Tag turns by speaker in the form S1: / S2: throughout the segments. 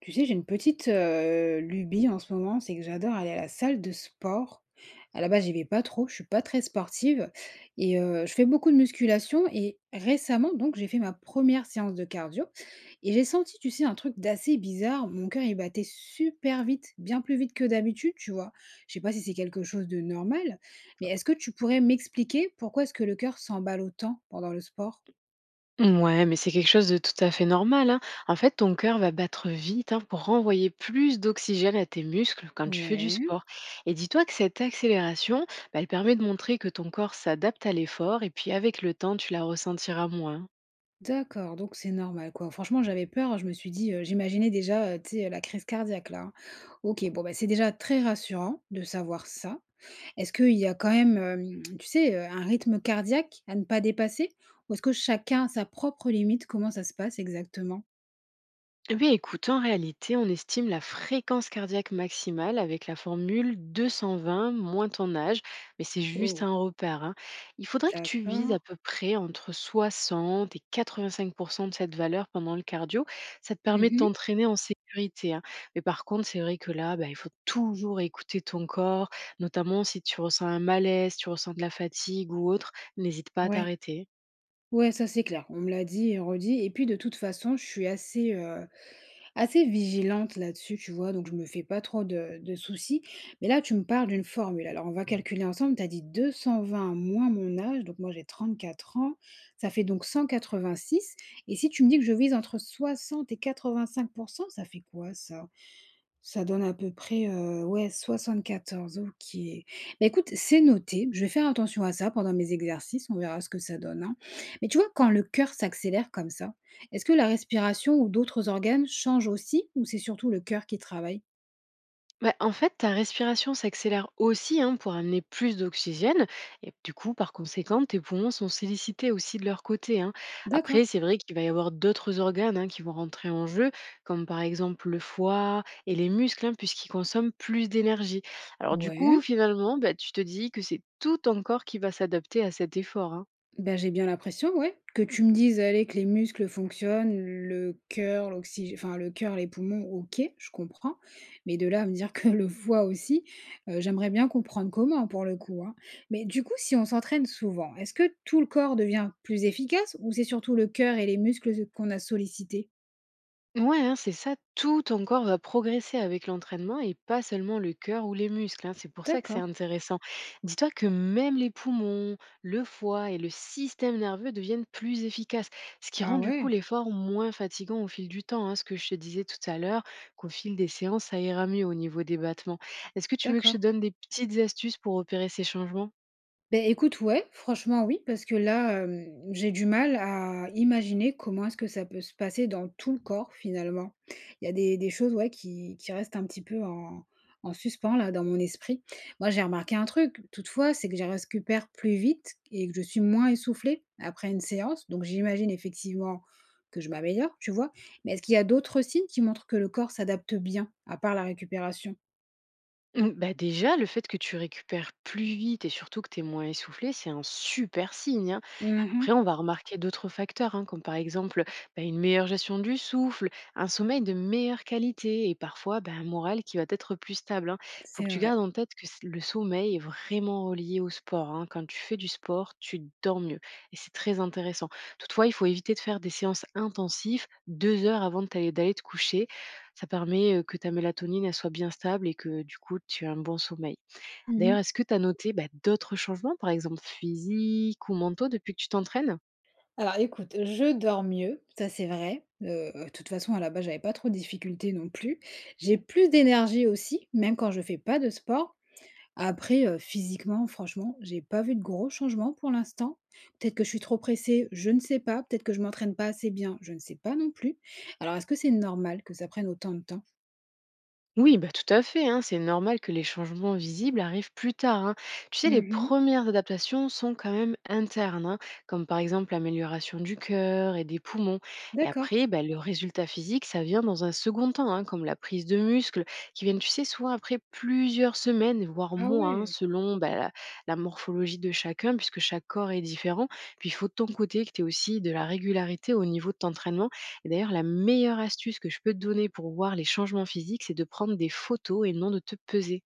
S1: Tu sais, j'ai une petite, lubie en ce moment, c'est que j'adore aller à la salle de sport. À la base, j'y vais pas trop, je suis pas très sportive et je fais beaucoup de musculation et récemment donc j'ai fait ma première séance de cardio et j'ai senti, tu sais, un truc d'assez bizarre. Mon cœur, il battait super vite, bien plus vite que d'habitude, tu vois? Je sais pas si c'est quelque chose de normal, mais est-ce que tu pourrais m'expliquer pourquoi est-ce que le cœur s'emballe autant pendant le sport?
S2: Ouais, mais c'est quelque chose de tout à fait normal, hein. En fait, ton cœur va battre vite, hein, pour renvoyer plus d'oxygène à tes muscles quand tu fais du
S1: Ouais.
S2: sport. Et dis-toi que cette accélération, bah, elle permet de montrer que ton corps s'adapte à l'effort et puis avec le temps, tu la ressentiras moins.
S1: D'accord, donc c'est normal, quoi. Franchement, j'avais peur, je me suis dit, j'imaginais déjà, tu sais, la crise cardiaque là, hein. OK, bon, bah, c'est déjà très rassurant de savoir ça. Est-ce qu'il y a quand même, tu sais, un rythme cardiaque à ne pas dépasser? Ou est-ce que chacun a sa propre limite? Comment ça se passe exactement?
S2: Oui, écoute, en réalité, on estime la fréquence cardiaque maximale avec la formule 220 moins ton âge, mais c'est juste
S1: Oh,
S2: un repère, hein. Il faudrait que tu vises
S1: d'accord.
S2: à peu près entre 60 et 85 de cette valeur pendant le cardio. Ça te permet de
S1: Mmh.
S2: t'entraîner en sécurité, hein. Mais par contre, c'est vrai que là, bah, il faut toujours écouter ton corps, notamment si tu ressens un malaise, tu ressens de la fatigue ou autre, n'hésite pas à
S1: Ouais.
S2: t'arrêter, hein.
S1: Ouais, ça c'est clair, on me l'a dit et redit et puis de toute façon, je suis assez, assez vigilante là-dessus, tu vois, donc je me fais pas trop de soucis. Mais là, tu me parles d'une formule. Alors, on va calculer ensemble. Tu as dit 220 moins mon âge, donc moi j'ai 34 ans, ça fait donc 186. Et si tu me dis que je vise entre 60 et 85, ça fait quoi ça? Ça donne à peu près, ouais, quatorze. OK. Bah, écoute, c'est noté. Je vais faire attention à ça pendant mes exercices, on verra ce que ça donne, hein. Mais tu vois, quand le cœur s'accélère comme ça, est-ce que la respiration ou d'autres organes changent aussi ou c'est surtout le cœur qui travaille?
S2: Bah, en fait, ta respiration s'accélère aussi, hein, pour amener plus d'oxygène. Et du coup, par conséquent, tes poumons sont sollicités aussi de leur côté, hein.
S1: D'accord.
S2: Après, c'est vrai qu'il va y avoir d'autres organes, hein, qui vont rentrer en jeu, comme par exemple le foie et les muscles, hein, puisqu'ils consomment plus d'énergie. Alors du
S1: Ouais.
S2: coup, finalement, bah, tu te dis que c'est tout ton corps qui va s'adapter à cet effort, hein.
S1: Ben j'ai bien l'impression, ouais. Que tu me dises, allez, que les muscles fonctionnent, le cœur, l'oxygène, enfin le cœur, les poumons, ok, je comprends. Mais de là à me dire que le foie aussi, j'aimerais bien comprendre comment pour le coup, hein. Mais du coup, si on s'entraîne souvent, est-ce que tout le corps devient plus efficace ou c'est surtout le cœur et les muscles qu'on a sollicités?
S2: Ouais, hein, c'est ça, tout ton corps va progresser avec l'entraînement et pas seulement le cœur ou les muscles, hein, c'est pour ça que c'est
S1: D'accord.
S2: intéressant. Dis-toi que même les poumons, le foie et le système nerveux deviennent plus efficaces, ce qui
S1: Ah
S2: rend du coup
S1: ouais,
S2: l'effort moins fatigant au fil du temps, hein. Ce que je te disais tout à l'heure, qu'au fil des séances, ça ira mieux au niveau des battements. Est-ce que tu veux que je
S1: d'accord.
S2: te donne des petites astuces pour opérer ces changements?
S1: Ben écoute, ouais, franchement, oui, parce que là, j'ai du mal à imaginer comment est-ce que ça peut se passer dans tout le corps, finalement. Il y a des choses, ouais, qui restent un petit peu en en suspens, là, dans mon esprit. Moi, j'ai remarqué un truc, toutefois, c'est que je récupère plus vite et que je suis moins essoufflée après une séance, donc j'imagine effectivement que je m'améliore, tu vois? Mais est-ce qu'il y a d'autres signes qui montrent que le corps s'adapte bien, à part la récupération?
S2: Mmh, bah, déjà, le fait que tu récupères plus vite et surtout que tu es moins essoufflé, c'est un super signe, hein.
S1: Mmh,
S2: Après, on va remarquer d'autres facteurs, hein, comme par exemple bah, une meilleure gestion du souffle, un sommeil de meilleure qualité et parfois bah, un moral qui va être plus stable. Il faut que
S1: c'est
S2: tu
S1: vrai.
S2: gardes en tête que le sommeil est vraiment relié au sport, hein. Quand tu fais du sport, tu dors mieux et c'est très intéressant. Toutefois, il faut éviter de faire des séances intensives 2 heures avant de d'aller te coucher, ça permet, que ta mélatonine, elle soit bien stable et que du coup, tu aies un bon sommeil. D'ailleurs,
S1: Mmh.
S2: est-ce que tu as noté, bah, d'autres changements, par exemple physiques ou mentaux depuis que tu t'entraînes?
S1: Alors écoute, je dors mieux, ça c'est vrai. De toute façon à la base j'avais pas trop de difficultés non plus. J'ai plus d'énergie aussi, même quand je fais pas de sport. Après, physiquement, franchement, j'ai pas vu de gros changements pour l'instant. Peut-être que je suis trop pressée, je ne sais pas. Peut-être que je m'entraîne pas assez bien, je ne sais pas non plus. Alors est-ce que c'est normal que ça prenne autant de temps?
S2: Oui, bah, tout à fait, hein, c'est normal que les changements visibles arrivent plus tard, hein. Tu sais, les
S1: Mmh.
S2: premières adaptations sont quand même internes, hein, comme par exemple l'amélioration du cœur et des poumons. Et
S1: D'accord.
S2: après, bah, le résultat physique, ça vient dans un second temps, hein, comme la prise de muscles, qui viennent, tu sais, souvent après plusieurs semaines, voire
S1: Ah
S2: mois, hein,
S1: ouais!
S2: selon bah, la morphologie de chacun, puisque chaque corps est différent. Puis il faut de ton côté que tu aies aussi de la régularité au niveau de ton entraînement et d'ailleurs, la meilleure astuce que je peux te donner pour voir les changements physiques, c'est de prendre des photos et non de te peser.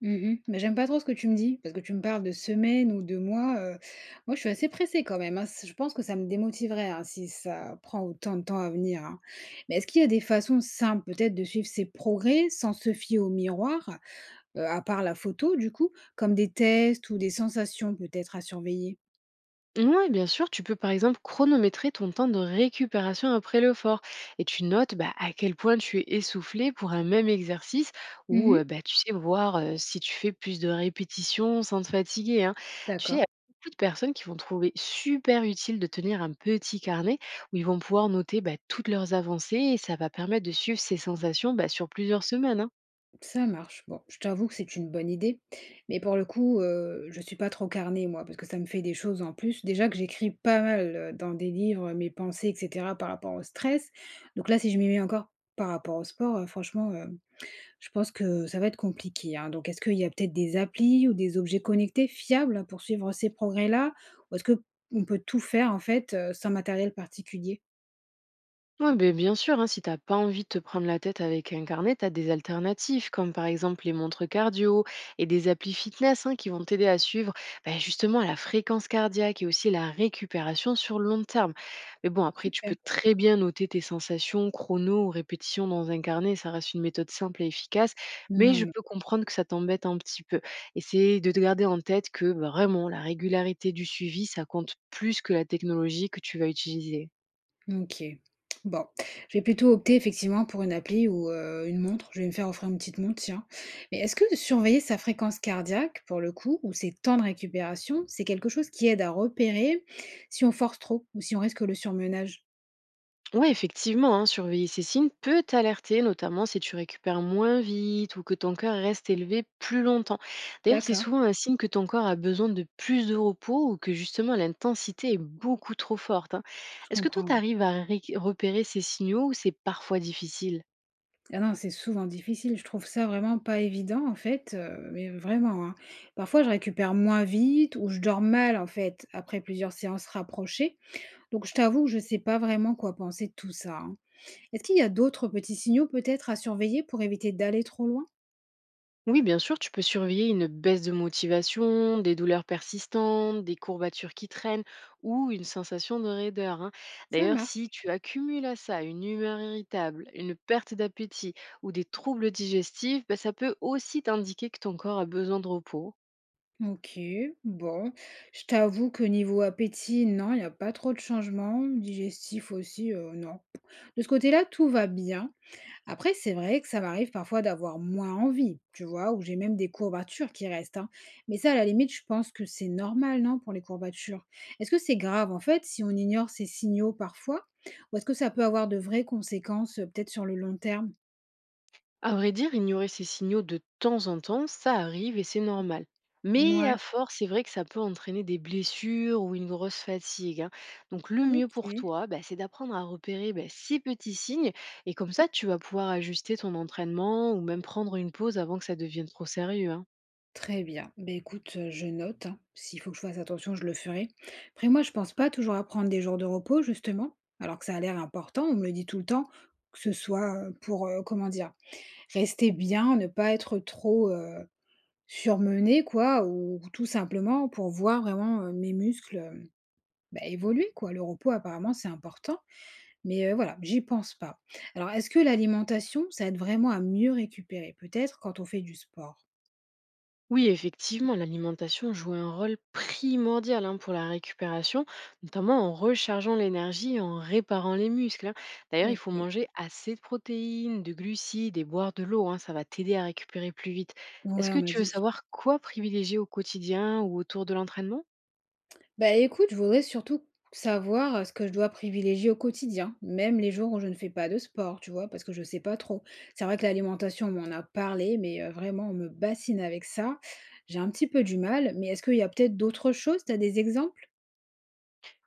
S1: Mmh. Mais j'aime pas trop ce que tu me dis, parce que tu me parles de semaines ou de mois, moi je suis assez pressée quand même, hein. C je pense que ça me démotiverait, hein, si ça prend autant de temps à venir, hein. Mais est-ce qu'il y a des façons simples peut-être de suivre ses progrès sans se fier au miroir, à part la photo du coup, comme des tests ou des sensations peut-être à surveiller?
S2: Oui, bien sûr, tu peux par exemple chronométrer ton temps de récupération après le fort et tu notes bah, à quel point tu es essoufflé pour un même exercice ou
S1: Mmh.
S2: bah, tu sais voir si tu fais plus de répétitions sans te fatiguer, hein. Tu sais, il y
S1: D'accord.
S2: a beaucoup de personnes qui vont trouver super utile de tenir un petit carnet où ils vont pouvoir noter bah, toutes leurs avancées et ça va permettre de suivre ces sensations bah, sur plusieurs semaines, hein.
S1: Ça marche. Bon, je t'avoue que c'est une bonne idée, mais pour le coup, je suis pas trop carnée moi, parce que ça me fait des choses en plus. Déjà que j'écris pas mal, dans des livres, mes pensées et cetera par rapport au stress. Donc là, si je m'y mets encore par rapport au sport, franchement, je pense que ça va être compliqué, hein. Donc est-ce qu'il y a peut-être des applis ou des objets connectés fiables pour suivre ces progrès-là? Ou est-ce qu'on peut tout faire en fait, sans matériel particulier?
S2: Ouais, ben bien sûr, hein, si t'as pas envie de te prendre la tête avec un carnet, t'as des alternatives, comme par exemple les montres cardio et des applis fitness, hein, qui vont t'aider à suivre bah, justement la fréquence cardiaque et aussi la récupération sur le long terme. Mais bon, après, tu
S1: Super.
S2: peux très bien noter tes sensations, chrono ou répétitions dans un carnet, ça reste une méthode simple et efficace, mais je
S1: Non.
S2: peux comprendre que ça t'embête un petit peu. Essaye de te garder en tête que bah, vraiment la régularité du suivi, ça compte plus que la technologie que tu vas utiliser.
S1: OK. Bon, je vais plutôt opter effectivement pour une appli ou une montre. Je vais me faire offrir une petite montre, tiens. Mais est-ce que surveiller sa fréquence cardiaque, pour le coup, ou ses temps de récupération, c'est quelque chose qui aide à repérer si on force trop ou si on risque le surmenage?
S2: Ouais, effectivement, hein, surveiller ces signes peut t'alerter, notamment si tu récupères moins vite ou que ton cœur reste élevé plus longtemps. D'ailleurs, c'est
S1: D'accord,
S2: souvent un signe que ton corps a besoin de plus de repos ou que justement l'intensité est beaucoup trop forte, hein.
S1: je
S2: Est-ce que toi,
S1: comprends,
S2: tu
S1: ouais.
S2: arrives à repérer ces signaux ou c'est parfois difficile?
S1: Ah non, c'est souvent difficile, je trouve ça vraiment pas évident, en fait, mais vraiment, hein. Parfois, je récupère moins vite ou je dors mal, en fait, après plusieurs séances rapprochées. Donc je t'avoue que je sais pas vraiment quoi penser de tout ça, hein. Est-ce qu'il y a d'autres petits signaux peut-être à surveiller pour éviter d'aller trop loin?
S2: Oui, bien sûr, tu peux surveiller une baisse de motivation, des douleurs persistantes, des courbatures qui traînent ou une sensation de raideur, hein.
S1: Ça
S2: D'ailleurs, si
S1: marche.
S2: tu accumules à ça une humeur irritable, une perte d'appétit ou des troubles digestifs, bah, ça peut aussi t'indiquer que ton corps a besoin de repos.
S1: OK, bon. Je t'avoue que niveau appétit, non, il n'y a pas trop de changements. Digestif aussi, non. De ce côté-là, tout va bien. Après, c'est vrai que ça m'arrive parfois d'avoir moins envie, tu vois, ou j'ai même des courbatures qui restent, hein. Mais ça, à la limite, je pense que c'est normal, non, pour les courbatures. Est-ce que c'est grave, en fait, si on ignore ces signaux parfois? Ou est-ce que ça peut avoir de vraies conséquences, peut-être sur le long terme?
S2: À vrai dire, ignorer ces signaux de temps en temps, ça arrive et c'est normal. Mais
S1: Ouais.
S2: à force, c'est vrai que ça peut entraîner des blessures ou une grosse fatigue, hein. Donc le mieux pour
S1: OK,
S2: toi, bah, c'est d'apprendre à repérer bah, ces petits signes et comme ça, tu vas pouvoir ajuster ton entraînement ou même prendre une pause avant que ça devienne trop sérieux, hein.
S1: très bien. Ben écoute, je note, hein. S'il faut que je fasse attention, je le ferai. Après moi, je pense pas toujours à prendre des jours de repos justement, alors que ça a l'air important. On me le dit tout le temps, que ce soit, pour comment dire? Rester bien, ne pas être trop, surmenée quoi ou tout simplement pour voir vraiment, mes muscles, bah, évoluer quoi. Le repos apparemment c'est important, mais, voilà, j'y pense pas. Alors est-ce que l'alimentation, ça aide vraiment à mieux récupérer? Peut-être quand on fait du sport?
S2: Oui, effectivement, l'alimentation joue un rôle primordial, hein, pour la récupération, notamment en rechargeant l'énergie et en réparant les muscles, hein. D'ailleurs, il faut
S1: OK.
S2: manger assez de protéines, de glucides et boire de l'eau, hein, ça va t'aider à récupérer plus vite. Est-ce
S1: Ouais, on
S2: que
S1: m'a
S2: tu veux
S1: dit.
S2: savoir quoi privilégier au quotidien ou autour de l'entraînement?
S1: Bah, écoute, je voudrais surtout savoir, ce que je dois privilégier au quotidien, même les jours où je ne fais pas de sport, tu vois? Parce que je sais pas trop. C'est vrai que l'alimentation, on m'en a parlé, mais vraiment, on me bassine avec ça. J'ai un petit peu du mal, mais est-ce qu'il y a peut-être d'autres choses? T'as des exemples?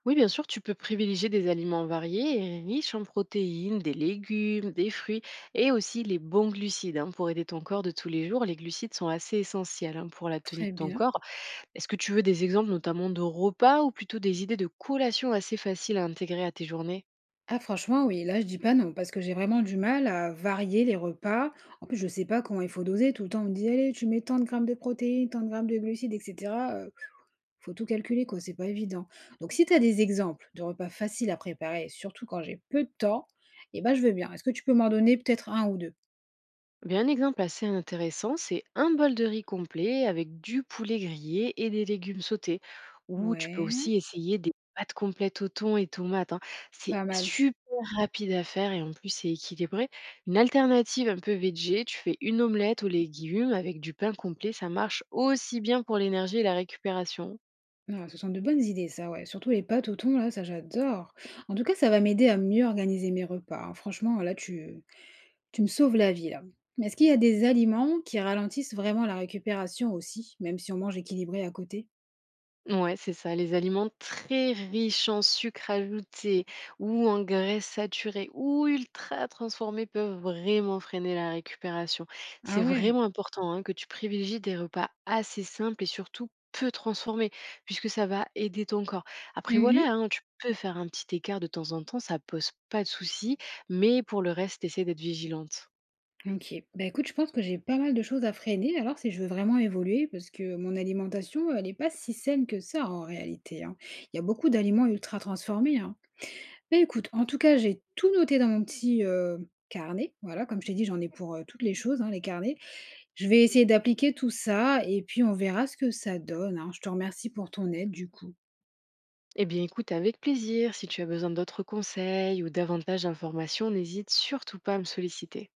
S2: Oui, bien sûr, tu peux privilégier des aliments variés et riches en protéines, des légumes, des fruits et aussi les bons glucides, hein, pour aider ton corps de tous les jours, les glucides sont assez essentiels, hein, pour la tenue
S1: Très
S2: de ton
S1: bien.
S2: corps. Est-ce que tu veux des exemples notamment de repas ou plutôt des idées de collations assez faciles à intégrer à tes journées?
S1: Ah franchement, oui, là, je dis pas non, parce que j'ai vraiment du mal à varier les repas. En plus, je sais pas comment il faut doser. Tout le temps, on me dit: «Allez, tu mets tant de grammes de protéines, tant de grammes de glucides» et cetera, faut tout calculer, quoi, c'est pas évident. Donc si tu as des exemples de repas faciles à préparer, surtout quand j'ai peu de temps, eh ben, je veux bien. Est-ce que tu peux m'en donner peut-être un ou deux?
S2: Eh bien, un exemple assez intéressant, c'est un bol de riz complet avec du poulet grillé et des légumes sautés. Ou tu peux
S1: Ouais,
S2: aussi essayer des pâtes complètes au thon et tomates, hein. C'est
S1: pas mal.
S2: super rapide à faire et en plus c'est équilibré. Une alternative un peu végé, tu fais une omelette aux légumes avec du pain complet, ça marche aussi bien pour l'énergie et la récupération.
S1: Ah, ce sont de bonnes idées, ça, ouais. Surtout les pâtes au thon, là, ça j'adore. En tout cas, ça va m'aider à mieux organiser mes repas, hein. Franchement, là, tu me sauves la vie, là. Mais est-ce qu'il y a des aliments qui ralentissent vraiment la récupération aussi, même si on mange équilibré à côté?
S2: Ouais, c'est ça, les aliments très riches en sucre ajouté ou en graisses saturées ou ultra transformés peuvent vraiment freiner la récupération. C'est
S1: Ah ouais.
S2: vraiment important, hein, que tu privilégies des repas assez simples et surtout peu transformés, puisque ça va aider ton corps. Après, voilà, hein, tu peux faire un petit écart de temps en temps, ça pose pas de souci, mais pour le reste, essaie d'être vigilante.
S1: OK. Bah, écoute, je pense que j'ai pas mal de choses à freiner alors si je veux vraiment évoluer parce que mon alimentation, elle est pas si saine que ça en réalité, hein. Il y a beaucoup d'aliments ultra transformés, hein. Mais écoute, en tout cas, j'ai tout noté dans mon petit, carnet. Voilà, comme je t'ai dit, j'en ai pour, toutes les choses, hein, les carnets. Je vais essayer d'appliquer tout ça et puis on verra ce que ça donne, hein. Je te remercie pour ton aide, du coup.
S2: Eh bien, écoute, avec plaisir, si tu as besoin d'autres conseils ou davantage d'informations, n'hésite surtout pas à me solliciter.